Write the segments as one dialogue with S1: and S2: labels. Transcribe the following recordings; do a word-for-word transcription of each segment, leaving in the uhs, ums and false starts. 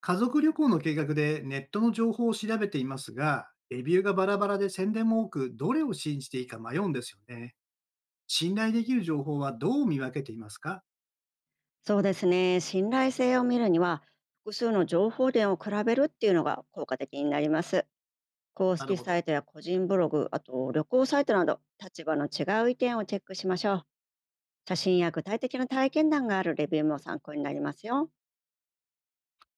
S1: 家族旅行の計画でネットの情報を調べていますが、レビューがバラバラで宣伝も多く、どれを信じていいか迷うんですよね。信頼できる情報はどう見分けていますか？
S2: そうですね。信頼性を見るには、複数の情報源を比べるっていうのが効果的になります。公
S1: なる
S2: 式
S1: ほ
S2: サ
S1: ど。
S2: イトや個人ブログ、あと旅行サイトなど、立場の違う意見をチェックしましょう。写真や具体的な体験談があるレビューも参考になりますよ。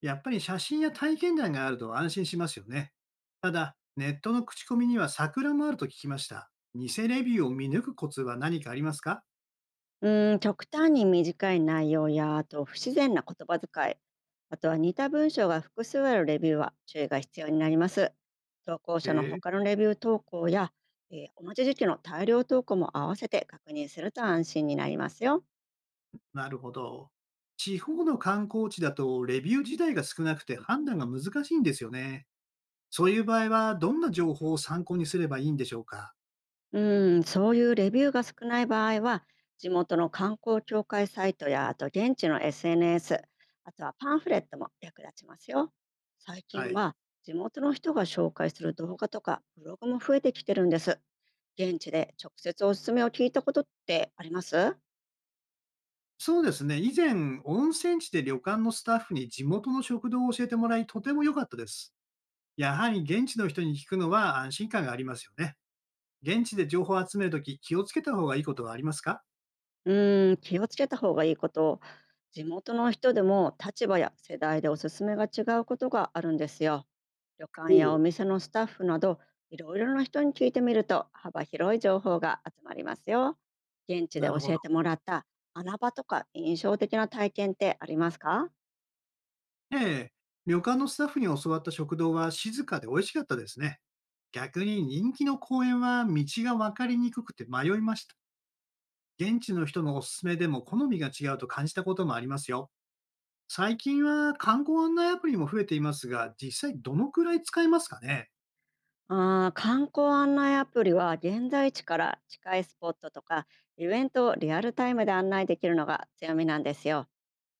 S1: やっぱり写真や体験談があると安心しますよね。ただ、ネットの口コミには桜もあると聞きました。偽レビューを見抜くコツは何かありますか？
S2: うーん、極端に短い内容や、あと不自然な言葉遣い、あとは似た文章が複数あるレビューは注意が必要になります。投稿者の
S1: へえ、
S2: 他のレビュー投稿や、えー同じ時期の大量投稿も合わせて確認すると安心になりますよ。
S1: なるほど。地方の観光地だとレビュー自体が少なくて判断が難しいんですよね。そういう場合は、どんな情報を参考にすればいいんでしょうか？
S2: うん、そういうレビューが少ない場合は、地元の観光協会サイトや、あと現地の エスエヌエス、あとはパンフレットも役立ちますよ。最
S1: は
S2: 近
S1: い。
S2: は地元の人が紹介する動画とかブログも増えてきてるんです。現地で直接おすすめを聞いたことってあります？
S1: そうですね、以前、温泉地で旅館のスタッフに地元の食堂を教えてもらい、とても良かったです。やはり現地の人に聞くのは安心感がありますよね。現地で情報を集めるとき、気をつけた方がいいことはありますか？
S2: うーん、気をつけた方がいいこと、地元の人でも立場や世代でおすすめが違うことがあるんですよ。旅
S1: ほ
S2: 館やお
S1: う、
S2: 店のスタッフなど、いろいろな人に聞いてみると幅広い情報が集まりますよ。現地で
S1: な
S2: 教
S1: るほど。
S2: えてもらった穴場とか印象的な体験ってありますか？
S1: ええ。旅館のスタッフに教わった食堂は静かで美味しかったですね。逆に人気の公園は道が分かりにくくて迷いました。現地の人のおすすめでも好みが違うと感じたこともありますよ。最近は観光案内アプリも増えていますが、実際どのくらい使えますかね？
S2: あー観光案内アプリは現在地から近いスポットとかイベントをリアルタイムで案内できるのが強みなんですよ。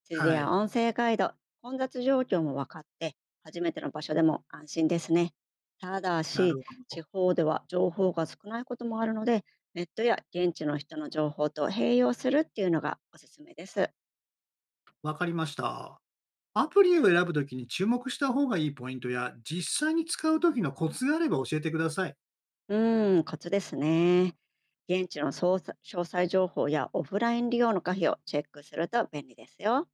S2: 地図
S1: は
S2: や
S1: い。
S2: 音声ガイド、混雑状況も分かって、初めての場所でも安心ですね。ただ
S1: な
S2: し、
S1: るほ
S2: 地
S1: ど。
S2: 方では情報が少ないこともあるので、ネットや現地の人の情報と併用するっていうのがおすすめです。
S1: わかりました。アプリを選ぶときに注目した方がいいポイントや、実際に使うときのコツがあれば教えてください。
S2: うーん、コツですね。現地の捜査詳細情報やオフライン利用の可否をチェックすると便利ですよ。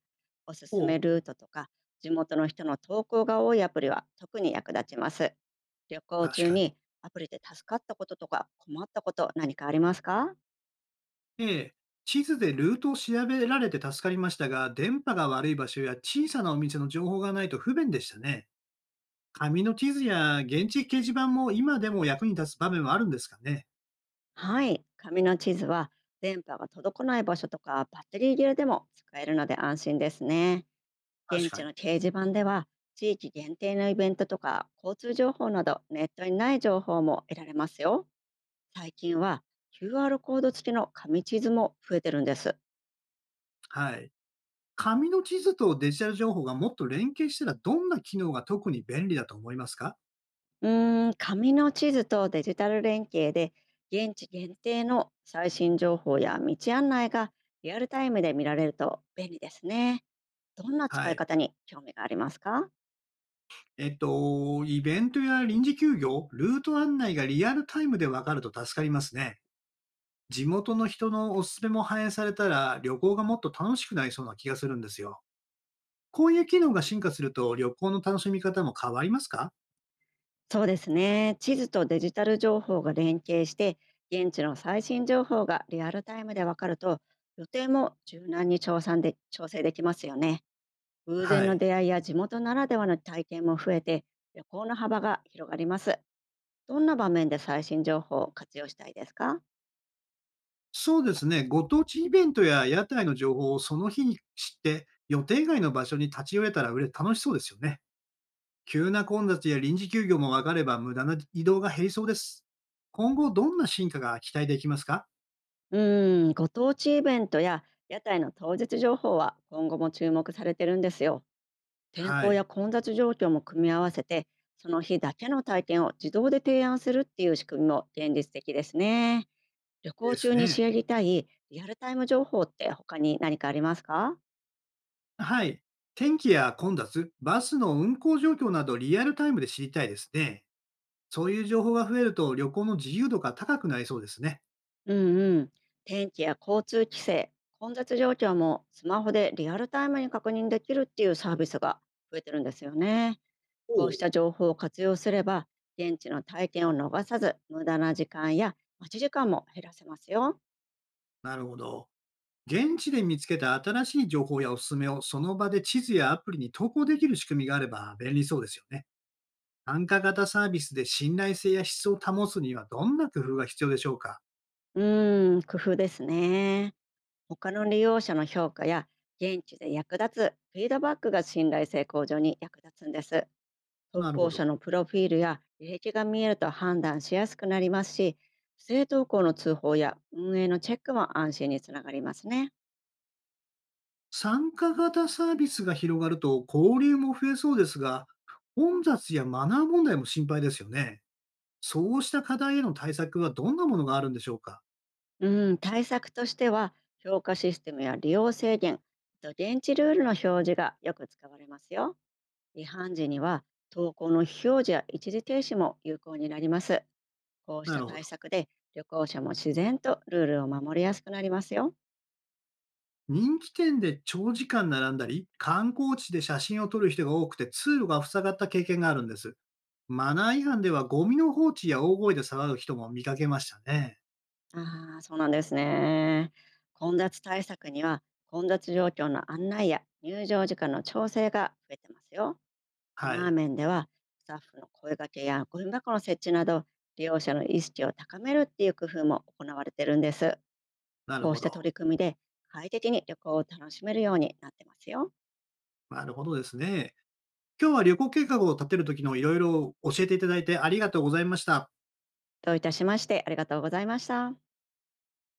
S2: おす
S1: お
S2: す
S1: う、
S2: めルートとか地元の人の投稿が多いアプリは特に役立ちます。旅行
S1: 確
S2: 中
S1: かに。
S2: にアプリで助かったこととか困ったこと何かありますか？
S1: ええ。地図でルートを調べられて助かりましたが、電波が悪い場所や小さなお店の情報がないと不便でしたね。紙の地図や現地掲示板も今でも役に立つ場面はあるんですかね？
S2: はい、紙の地図は電波が届かない場所とかバッテリー切れでも使えるので安心ですね。
S1: 確
S2: 現
S1: か
S2: 地
S1: に。
S2: の掲示板では地域限定のイベントとか交通情報などネットにない情報も得られますよ。最近は キューアール コード付きの紙地図も増えてるんです。
S1: はい。紙の地図とデジタル情報がもっと連携したら、どんな機能が特に便利だと思いますか？
S2: うーん、紙の地図とデジタル連携で現地限定の最新情報や道案内がリアルタイムで見られると便利ですね。どんな使
S1: は
S2: い
S1: い。
S2: 方に興味がありますか？
S1: えっと、イベントや臨時休業、ルート案内がリアルタイムでわかると助かりますね。地元の人のおすすめも反映されたら、旅行がもっと楽しくなりそうな気がするんですよ。こういう機能が進化すると、旅行の楽しみ方も変わりますか？
S2: そうですね。地図とデジタル情報が連携して、現地の最新情報がリアルタイムで分かると、予定も柔軟に調査で調整できますよね。偶
S1: は
S2: 然の
S1: い。
S2: 出会いや地元ならではの体験も増えて、旅行の幅が広がります。どんな場面で最新情報を活用したいですか？
S1: そうですね、ご当地イベントや屋台の情報をその日に知って、予定外の場所に立ち寄れたらうれ楽しそうですよね。急な混雑や臨時休業も分かれば無駄な移動が減りそうです。今後どんな進化が期待できますか？
S2: うーん、ご当地イベントや屋台の当日情報は今後も注目されてるんですよ。天
S1: は
S2: 候
S1: い。
S2: や混雑状況も組み合わせてその日だけの体験を自動で提案するっていう仕組みも現実的ですね。旅
S1: で
S2: 行中
S1: す
S2: に
S1: ね。
S2: 知りたいリアルタイム情報って他に何かありますか？
S1: はい。天気や混雑、バスの運行状況などリアルタイムで知りたいですね。そういう情報が増えると旅行の自由度が高くなりそうですね。
S2: うんうん。天気や交通規制混雑状況もスマホでリアルタイムに確認できるっていうサービスが増えてるんですよね。
S1: お
S2: こうし
S1: お、
S2: た情報を活用すれば現地の体験を逃さず無駄な時間や待ち時間も減らせますよ。
S1: なるほど。現地で見つけた新しい情報やおすすめをその場で地図やアプリに投稿できる仕組みがあれば便利そうですよね。参加型サービスで信頼性や質を保つにはどんな工夫が必要でしょうか？
S2: うーん工夫ですね。他の利用者の評価や現地で役立つフィードバックが信頼性向上に役立つんです。投
S1: なるほ
S2: 稿者
S1: ど。
S2: のプロフィールや履歴が見えると判断しやすくなりますし、不正投稿の通報や運営のチェックも安心につながりますね。
S1: 参加型サービスが広がると交流も増えそうですが、混雑やマナー問題も心配ですよね。そうした課題への対策はどんなものがあるんでしょうか？
S2: うん、対策としては、評価システムや利用制限、あと現地ルールの表示がよく使われますよ。違反時には投稿の非表示や一時停止も有効になります。こうし
S1: な
S2: た
S1: るほど。
S2: 対策で旅行者も自然とルールを守りやすくなりますよ。
S1: 人気店で長時間並んだり、観光地で写真を撮る人が多くて通路が塞がった経験があるんです。マナー違反ではゴミの放置や大声で騒ぐ人も見かけましたね。
S2: ああ、そうなんですね。混雑対策には混雑状況の案内や入場時間の調整が増えてますよ。マ
S1: は
S2: ナー
S1: い。
S2: 面ではスタッフの声掛けやゴミ箱の設置など利用者の意識を高めるっていう工夫も行われてるんです。
S1: なる
S2: こう
S1: ほ
S2: した
S1: ど。
S2: 取り組みで快適に旅行を楽しめるようになってますよ。
S1: なるほどですね。今日は旅行計画を立てるときのいろいろ教えていただいてありがとうございました。
S2: どういたしまして。ありがとうございました。